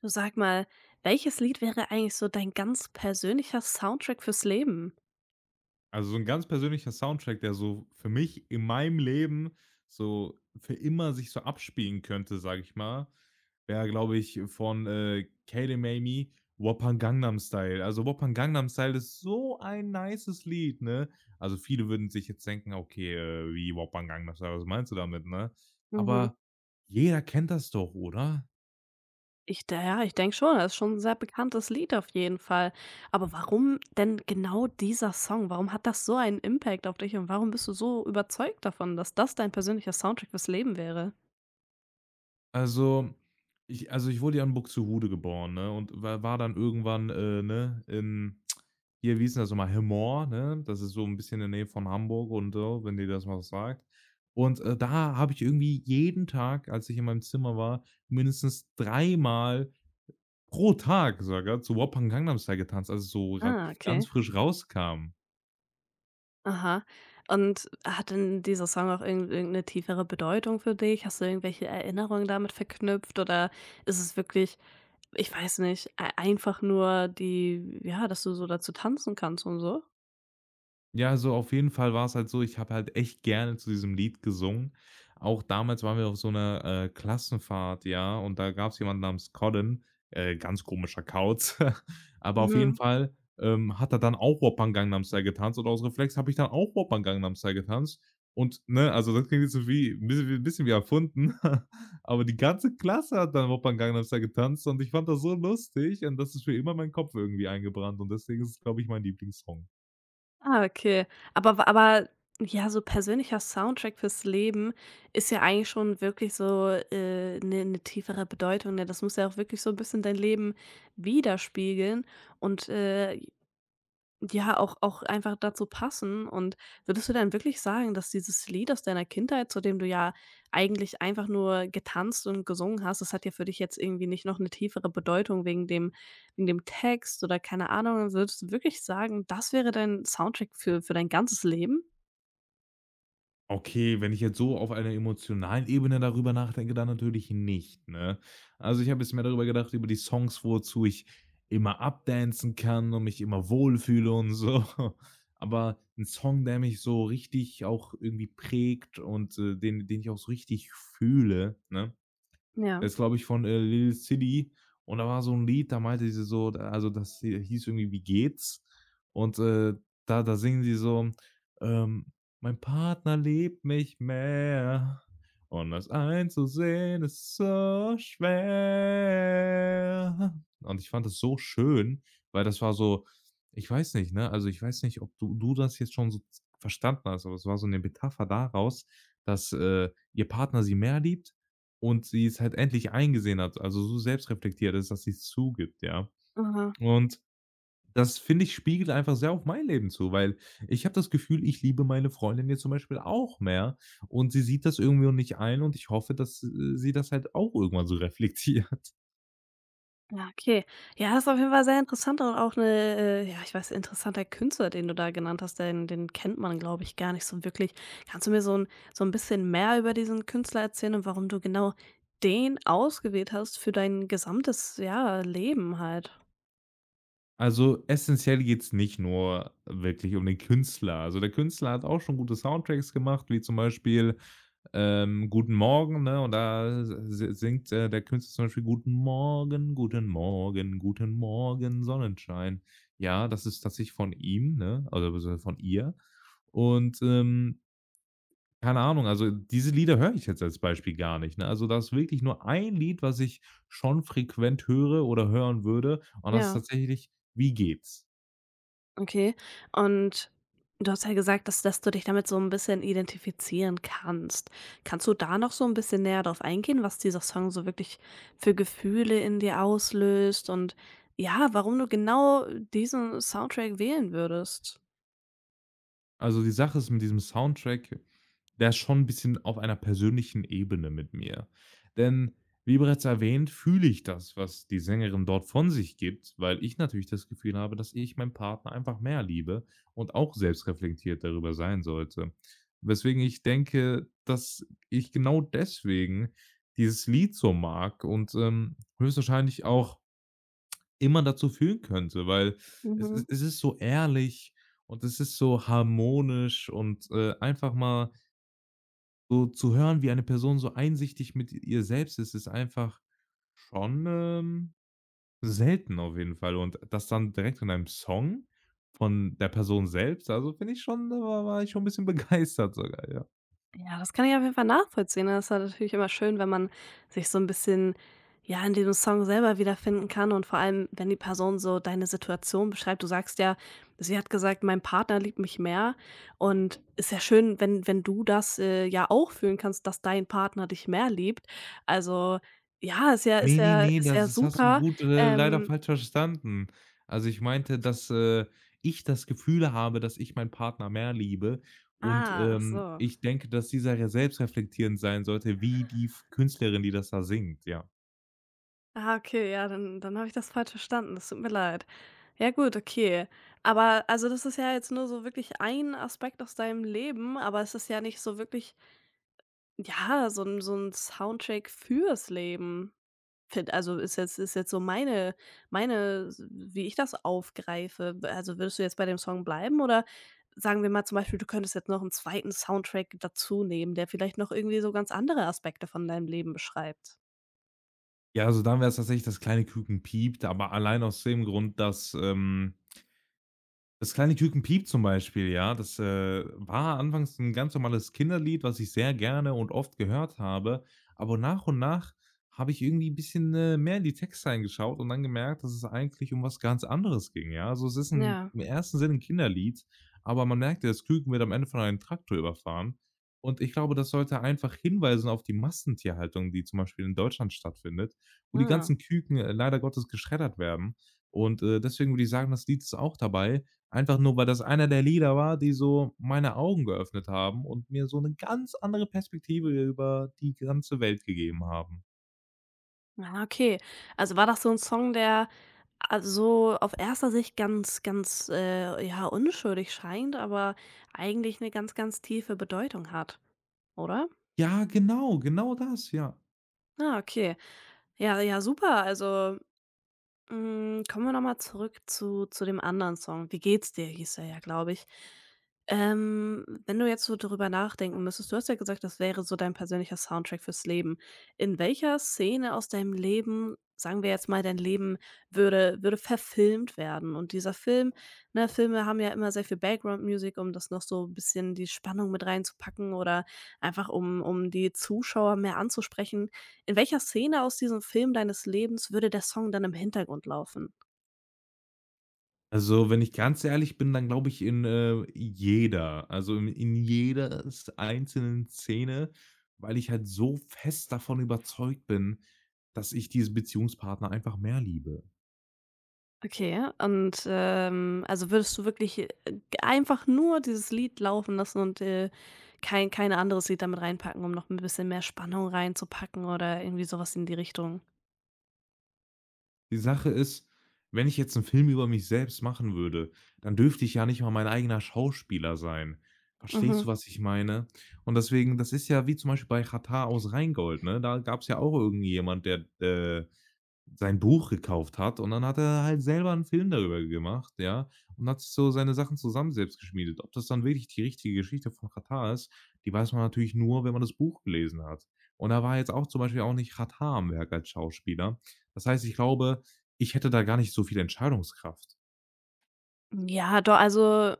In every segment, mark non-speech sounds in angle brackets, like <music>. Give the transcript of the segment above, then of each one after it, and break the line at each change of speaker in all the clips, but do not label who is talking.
Du, sag mal, welches Lied wäre eigentlich so dein ganz persönlicher Soundtrack fürs Leben?
Also, so ein ganz persönlicher Soundtrack, der so für mich in meinem Leben so für immer sich so abspielen könnte, sage ich mal, wäre, glaube ich, von K-Demami „Wuppan Gangnam Style“. Also, „Wuppan Gangnam Style“ ist so ein nices Lied, ne? Also, viele würden sich jetzt denken: „Okay, wie Wuppan Gangnam Style, was meinst du damit“, ne?
Mhm.
Aber jeder kennt das doch, oder?
Ich, da Ja, ich denke schon, das ist schon ein sehr bekanntes Lied auf jeden Fall. Aber warum denn genau dieser Song? Warum hat das so einen Impact auf dich und warum bist du so überzeugt davon, dass das dein persönlicher Soundtrack fürs Leben wäre?
Also, also, ich wurde ja in Buxtehude geboren, ne, und war dann irgendwann, ne, in hier, wie hieß denn das noch mal, Hemmoor, ne? Das ist so ein bisschen in der Nähe von Hamburg und so, wenn dir das mal was sagt. Und, da habe ich irgendwie jeden Tag, als ich in meinem Zimmer war, mindestens dreimal pro Tag sogar zu Whoppan Gangnam Style getanzt, also so ra
Ah,
ganz
okay.
frisch rauskam.
Aha. Und hat denn dieser Song auch irgend 'ne tiefere Bedeutung für dich? Hast du irgendwelche Erinnerungen damit verknüpft oder ist es wirklich, ich weiß nicht, ei einfach nur die, ja, dass du so dazu tanzen kannst und so?
Ja, also auf jeden Fall war's halt so, ich habe halt echt gerne zu diesem Lied gesungen. Auch damals waren wir auf so einer Klassenfahrt, ja, und da gab's jemanden namens Colin, ganz komischer Kauz. <laughs> Aber auf jeden
Mhm.
Fall, hat er dann auch Opern Gangnam Style getanzt und aus Reflex habe ich dann auch Opern Gangnam Style getanzt und, ne, also das klingt jetzt so wie ein bisschen wie erfunden, <laughs> aber die ganze Klasse hat dann Opern Gangnam Style getanzt und ich fand das so lustig und das ist für immer in meinen Kopf irgendwie eingebrannt und deswegen ist es, glaube ich, mein Lieblingssong.
Ah, okay. Aber ja, so persönlicher Soundtrack fürs Leben ist ja eigentlich schon wirklich so eine, 'ne tiefere Bedeutung, ne? Das muss ja auch wirklich so ein bisschen dein Leben widerspiegeln und, ja, auch einfach dazu passen. Und würdest du dann wirklich sagen, dass dieses Lied aus deiner Kindheit, zu dem du ja eigentlich einfach nur getanzt und gesungen hast, das hat ja für dich jetzt irgendwie nicht noch eine tiefere Bedeutung wegen dem, Text oder keine Ahnung? Würdest du wirklich sagen, das wäre dein Soundtrack für dein ganzes Leben?
Okay, wenn ich jetzt so auf einer emotionalen Ebene darüber nachdenke, dann natürlich nicht, ne? Also, ich habe jetzt mehr darüber gedacht, über die Songs, wozu ich immer updancen kann und mich immer wohlfühle und so. <laughs> Aber ein Song, der mich so richtig auch irgendwie prägt und, den ich auch so richtig fühle, ne?
Ja,
Der ist, glaube ich, von Lil City und da war so ein Lied, da meinte sie so da also, das hi hieß irgendwie „Wie geht's?“ Und, da singen sie so, ähm: „Mein Partner liebt mich mehr und das einzusehen ist so schwer.“ Und ich fand das so schön, weil das war so ich weiß nicht, ne? Also, ich weiß nicht, ob du das jetzt schon so verstanden hast, aber es war so eine Metapher daraus, dass, ihr Partner sie mehr liebt und sie es halt endlich eingesehen hat, also so selbstreflektiert ist, dass sie es zugibt, ja.
aha.
Und das, finde ich, spiegelt einfach sehr auf mein Leben zu, weil ich habe das Gefühl, ich liebe meine Freundin jetzt zum Beispiel auch mehr und sie sieht das irgendwie noch nicht ein und ich hoffe, dass, sie das halt auch irgendwann so reflektiert.
Ja, okay. Ja, das ist auf jeden Fall sehr interessant und auch eine, ja, ich weiß, interessanter Künstler, den du da genannt hast, den kennt man, glaube ich, gar nicht so wirklich. Kannst du mir so ein bisschen mehr über diesen Künstler erzählen und warum du genau den ausgewählt hast für dein gesamtes, ja, Leben halt?
Also, essenziell geht's nicht nur wirklich um den Künstler. Also, der Künstler hat auch schon gute Soundtracks gemacht, wie zum Beispiel, Guten Morgen, ne? Und da s singt, der Künstler zum Beispiel: „Guten Morgen, guten Morgen, guten Morgen, Sonnenschein.“ Ja, das ist tatsächlich von ihm, ne? Also, beziehungsweise von ihr. Und, keine Ahnung, also, diese Lieder höre ich jetzt als Beispiel gar nicht, ne? Also, da ist wirklich nur ein Lied, was ich schon frequent höre oder hören würde, und das ist
Ja.
tatsächlich „Wie geht's?“
Okay. Und du hast ja gesagt, dass du dich damit so ein bisschen identifizieren kannst. Kannst du da noch so ein bisschen näher drauf eingehen, was dieser Song so wirklich für Gefühle in dir auslöst und, ja, warum du genau diesen Soundtrack wählen würdest?
Also, die Sache ist mit diesem Soundtrack, der ist schon ein bisschen auf einer persönlichen Ebene mit mir. Denn wie bereits erwähnt, fühle ich das, was die Sängerin dort von sich gibt, weil ich natürlich das Gefühl habe, dass ich meinen Partner einfach mehr liebe und auch selbstreflektiert darüber sein sollte. Weswegen ich denke, dass ich genau deswegen dieses Lied so mag und, höchstwahrscheinlich auch immer dazu führen könnte, weil es
Mhm.
ist es ist so ehrlich und es ist so harmonisch und, einfach mal so zu hören, wie eine Person so einsichtig mit ihr selbst ist, ist einfach schon, selten auf jeden Fall und das dann direkt in einem Song von der Person selbst, also, finde ich schon da war ich schon ein bisschen <laughs> begeistert sogar, ja.
Ja, das kann ich auf jeden Fall nachvollziehen. Das ist ja natürlich immer schön, wenn man sich so ein bisschen, ja, in diesem Song selber wiederfinden kann und vor allem, wenn die Person so deine Situation beschreibt. Du sagst ja, sie hat gesagt: „Mein Partner liebt mich mehr." Und ist ja schön, wenn du das, ja, auch fühlen kannst, dass dein Partner dich mehr liebt. Also, ja, ist ja ist
Ne, ne,
ja
ne,
ist
das
ja
das hast du
super.
gut, leider
Ähm
falsch verstanden. Also, ich meinte, dass, ich das Gefühl habe, dass ich meinen Partner mehr liebe und,
Ach so.
ich denke, dass sie sehr selbstreflektierend sein sollte, wie die F Künstlerin, die das da singt, ja.
Ah, okay, ja, dann habe ich das falsch verstanden. Das tut mir leid. Ja gut, okay. Aber also das ist ja jetzt nur so wirklich ein Aspekt aus deinem Leben, aber es ist ja nicht so wirklich, ja, so 'n Soundtrack fürs Leben. Find Also, ist jetzt, so meine, wie ich das aufgreife. Also würdest du jetzt bei dem Song bleiben oder, sagen wir mal zum Beispiel, du könntest jetzt noch einen zweiten Soundtrack dazu nehmen, der vielleicht noch irgendwie so ganz andere Aspekte von deinem Leben beschreibt?
Ja, also, dann wär's tatsächlich das kleine Küken piept, aber allein aus dem Grund, dass das kleine Küken piept zum Beispiel, ja, das, war anfangs ein ganz normales Kinderlied, was ich sehr gerne und oft gehört habe, aber nach und nach habe ich irgendwie 'n bisschen, mehr in die Textzeilen geschaut und dann gemerkt, dass es eigentlich um was ganz anderes ging, ja? Also, es ist 'n
Ja.
im ersten Sinne ein Kinderlied, aber man merkt ja, das Küken wird am Ende von einem Traktor überfahren und ich glaube, das sollte einfach hinweisen auf die Massentierhaltung, die zum Beispiel in Deutschland stattfindet, wo die
Ah.
ganzen Küken, leider Gottes geschreddert werden und, deswegen würde ich sagen, das Lied ist auch dabei, einfach nur, weil das einer der Lieder war, die so meine Augen geöffnet haben und mir so 'ne ganz andere Perspektive über die ganze Welt gegeben haben.
Ah, okay. Also war das so ein Song, der, also auf erster Sicht ganz, ganz, ja, unschuldig scheint, aber eigentlich eine ganz, ganz tiefe Bedeutung hat, oder?
Ja, genau, genau das, ja.
Ah, okay. Ja, ja, super. Also, kommen wir noch mal zurück zu dem anderen Song. „Wie geht's dir?" hieß er ja, glaube ich. Wenn du jetzt so darüber nachdenken müsstest, du hast ja gesagt, das wäre so dein persönlicher Soundtrack fürs Leben. In welcher Szene aus deinem Leben, sagen wir jetzt mal, dein Leben würde verfilmt werden? Und dieser Film, ne, Filme haben ja immer sehr viel Background Music, um das noch so 'n bisschen die Spannung mit reinzupacken oder einfach um die Zuschauer mehr anzusprechen. In welcher Szene aus diesem Film deines Lebens würde der Song dann im Hintergrund laufen?
Also, wenn ich ganz ehrlich bin, dann glaube ich in, jeder, also in jeder s einzelnen Szene, weil ich halt so fest davon überzeugt bin, dass ich diesen Beziehungspartner einfach mehr liebe.
Okay, und, also würdest du wirklich, einfach nur dieses Lied laufen lassen und, kein anderes Lied damit reinpacken, um noch ein bisschen mehr Spannung reinzupacken oder irgendwie sowas in die Richtung?
Die Sache ist, wenn ich jetzt einen Film über mich selbst machen würde, dann dürfte ich ja nicht mal mein eigener Schauspieler sein. Verstehst
Mhm.
du, was ich meine? Und deswegen das ist ja wie zum Beispiel bei Xatar aus Rheingold, ne? Da gab es ja auch irgendjemand, der, sein Buch gekauft hat und dann hat er halt selber 'n Film darüber gemacht, ja, und hat sich so seine Sachen zusammen selbst geschmiedet. Ob das dann wirklich die richtige Geschichte von Katar ist, die weiß man natürlich nur, wenn man das Buch gelesen hat. Und da war jetzt auch zum Beispiel auch nicht Katar am Werk als Schauspieler. Das heißt, ich glaube, ich hätte da gar nicht so viel Entscheidungskraft.
Ja, do also,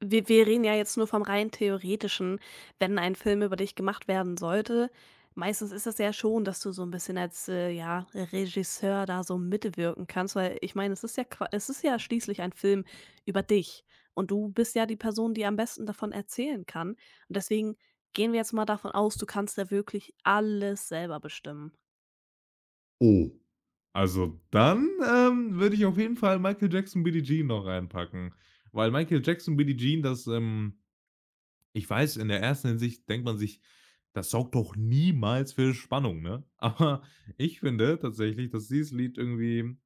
wir reden ja jetzt nur vom rein Theoretischen, wenn ein Film über dich gemacht werden sollte. Meistens ist das ja schon, dass du so ein bisschen als, ja, Regisseur da so mitwirken kannst, weil ich meine, es ist ja, qua es ist ja schließlich ein Film über dich, und du bist ja die Person, die am besten davon erzählen kann. Und deswegen gehen wir jetzt mal davon aus, du kannst ja wirklich alles selber bestimmen.
Oh. Also, dann, würde ich auf jeden Fall Michael Jackson „Billie Jean“ noch reinpacken, weil Michael Jackson „Billie Jean“, das. Ich weiß, in der ersten Hinsicht denkt man sich: „Das sorgt doch niemals für Spannung“, ne? <laughs> Aber ich finde tatsächlich, dass dieses Lied irgendwie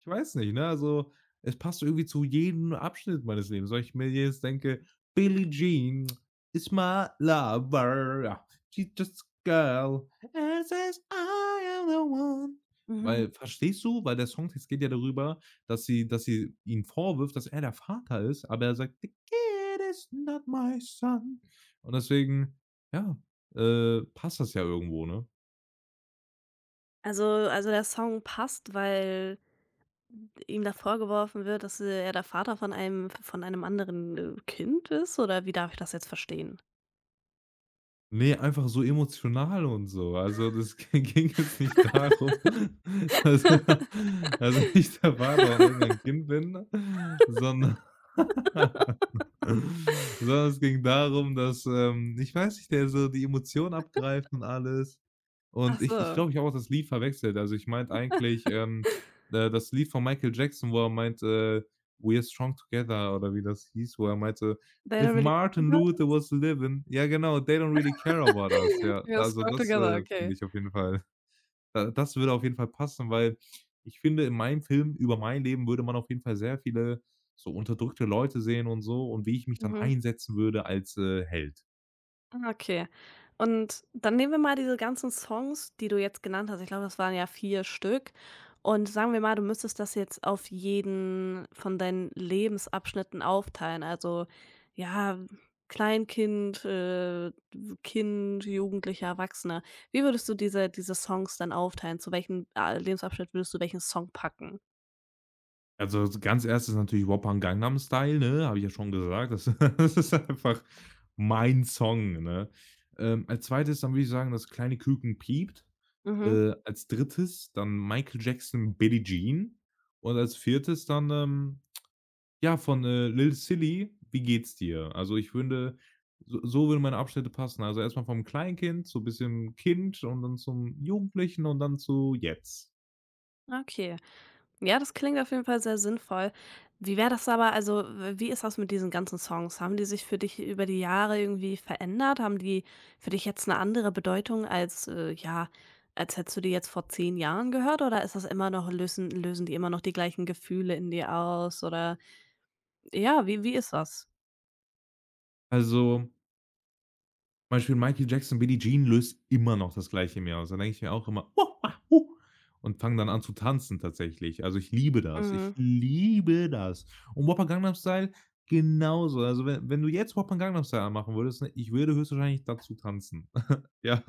ich weiß nicht, ne? Also, es passt irgendwie zu jedem Abschnitt meines Lebens, weil ich mir jetzt denke: „Billie Jean is my lover. Ja, she's just a girl and says I am the one.“
Mhm.
Weil verstehst du? Weil der Songtext geht ja darüber, dass sie ihm vorwirft, dass er der Vater ist, aber er sagt: „The kid is not my son.“ Und deswegen, ja, passt das ja irgendwo, ne?
Also, der Song passt, weil ihm da vorgeworfen wird, dass, er der Vater von einem, anderen, Kind ist, oder wie darf ich das jetzt verstehen?
Ne, einfach so emotional und so. Also, das <laughs> gi ging jetzt nicht darum, <laughs> dass ich der Vater und irgendein Kind bin, sondern <laughs> sondern es ging darum, dass, ich weiß nicht, der so die Emotionen abgreift und alles.
Ach
Und ich
so.
glaube, ich habe auch das Lied verwechselt. Also, ich meinte eigentlich, das Lied von Michael Jackson, wo er meint, „We are strong together“ oder wie das hieß, wo er meinte: „If
Deine Religion
Martin Luther
bedeutet?
was living“ ja genau, „they don't really care about us“,
<laughs>
ja.
We are
Also,
strong
das,
together,
finde
okay.
ich auf jeden Fall. Da das würde auf jeden Fall passen, weil ich finde, in meinem Film über mein Leben würde man auf jeden Fall sehr viele so unterdrückte Leute sehen und so und wie ich mich dann
Mhm.
einsetzen würde als, Held.
Ah, okay. Und dann nehmen wir mal diese ganzen Songs, die du jetzt genannt hast. Ich glaube, das waren ja 4 Stück. Und sagen wir mal, du müsstest das jetzt auf jeden von deinen Lebensabschnitten aufteilen. Also, ja, Kleinkind, Kind, Jugendlicher, Erwachsener. Wie würdest du diese Songs dann aufteilen? Zu welchem, Lebensabschnitt würdest du welchen Song packen?
Also, so ganz erstes natürlich Wuppan Gangnam Style, ne, habe ich ja schon gesagt. Das <laughs> das ist einfach mein Song, ne? Als Zweites dann würde ich sagen, das kleine Küken piept.
Mhm,
Als Drittes dann Michael Jackson „Billie Jean“ und als Viertes dann, ja, von Lil Silly, „Wie geht's dir?“ Also, ich finde, so würden meine Abschnitte passen. Also, erstmal vom Kleinkind, so ein bisschen Kind und dann zum Jugendlichen und dann zu jetzt.
okay. Ja, das klingt auf jeden Fall sehr sinnvoll. Wie wäre das aber, also, w wie ist das mit diesen ganzen Songs? Haben die sich für dich über die Jahre irgendwie verändert? Haben die für dich jetzt eine andere Bedeutung, als, ja, als hättest du die jetzt vor 10 Jahren gehört, oder ist das immer noch lösen lösen die immer noch die gleichen Gefühle in dir aus, oder, ja, wie ist das?
Also, zum Beispiel Michael Jackson „Billie Jean“ löst immer noch das Gleiche in mir aus. Da denke ich mir auch immer: „Oh, ah, hu“ und fange dann an zu tanzen tatsächlich. Also, ich liebe das. Ich
Mhm.
liebe das. Und Whopper Gangnam Style genauso. Also, wenn du jetzt Whopper Gangnam Style machen würdest, ne, ich würde höchstwahrscheinlich dazu tanzen. Ja,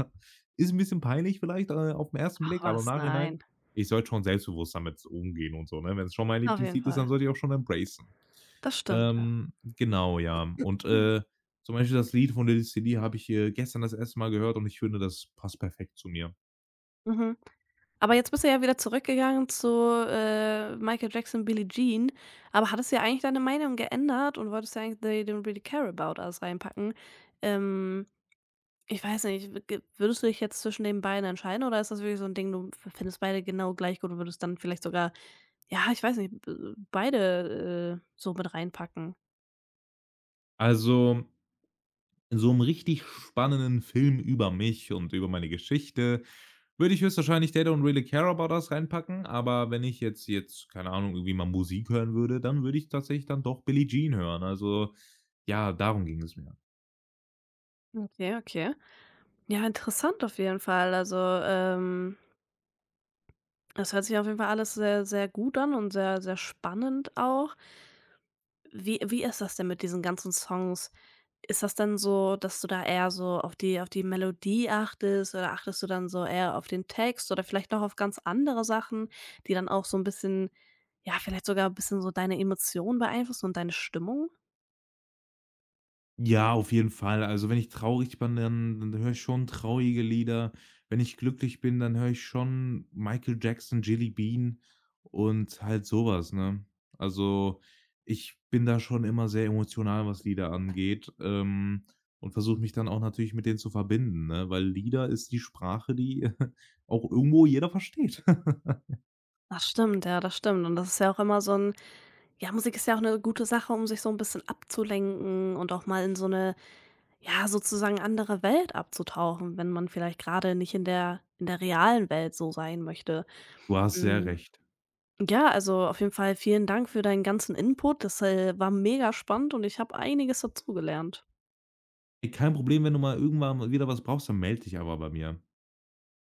ist 'n bisschen peinlich vielleicht, auf 'n ersten
Ach
Blick, aber im
was, nein.
Nachhinein ich sollte schon selbstbewusst damit umgehen und so, ne? Wenn's schon mein
Auf jeden
Lieblingslied ist, dann
Fall.
sollte ich auch schon embracen.
Das stimmt, ja.
Ähm, genau, ja. Und,
Mhm.
zum Beispiel das Lied von Lil City habe ich, gestern das erste Mal gehört und ich finde, das passt perfekt zu mir.
Mhm. Aber jetzt bist du ja wieder zurückgegangen zu, Michael Jackson „Billie Jean", aber hattest ja eigentlich deine Meinung geändert und wolltest ja eigentlich „They Don't Really Care About Us" reinpacken. Ähm, ich weiß nicht, w ge würdest du dich jetzt zwischen den beiden entscheiden, oder ist das wirklich so ein Ding, du f findest beide genau gleich gut und würdest dann vielleicht sogar, ja, ich weiß nicht, b beide, so mit reinpacken?
Also in so einem richtig spannenden Film über mich und über meine Geschichte würde ich höchstwahrscheinlich „They Don't Really Care About Us“ reinpacken, aber wenn ich jetzt, keine Ahnung, irgendwie mal Musik hören würde, dann würde ich tatsächlich dann doch Billie Jean hören. Also, ja, darum ging es mir.
Okay, okay. Ja, interessant auf jeden Fall. Also, das hört sich auf jeden Fall alles sehr, sehr gut an und sehr, sehr spannend auch. Wie ist das denn mit diesen ganzen Songs? Ist das dann so, dass du da eher so auf die Melodie achtest oder achtest du dann so eher auf den Text oder vielleicht noch auf ganz andere Sachen, die dann auch so ein bisschen, ja, vielleicht sogar ein bisschen so deine Emotionen beeinflussen und deine Stimmung?
Ja, auf jeden Fall. Also, wenn ich traurig bin, dann höre ich schon traurige Lieder. Wenn ich glücklich bin, dann höre ich schon Michael Jackson, Jelly Bean und halt sowas, ne? Also, ich bin da schon immer sehr emotional, was Lieder angeht, und versuche mich dann auch natürlich mit denen zu verbinden, ne? Weil Lieder ist die Sprache, die <laughs> auch irgendwo jeder versteht. <laughs>
Das stimmt, ja, das stimmt. Und das ist ja auch immer so ein, ja, Musik ist ja auch eine gute Sache, um sich so ein bisschen abzulenken und auch mal in so eine, ja, sozusagen andere Welt abzutauchen, wenn man vielleicht gerade nicht in der realen Welt so sein möchte.
Du hast sehr
Mm.
recht.
Ja, also auf jeden Fall vielen Dank für deinen ganzen Input. Das, war mega spannend und ich habe einiges dazugelernt.
Ey, kein Problem, wenn du mal irgendwann mal wieder was brauchst, dann melde dich aber bei mir.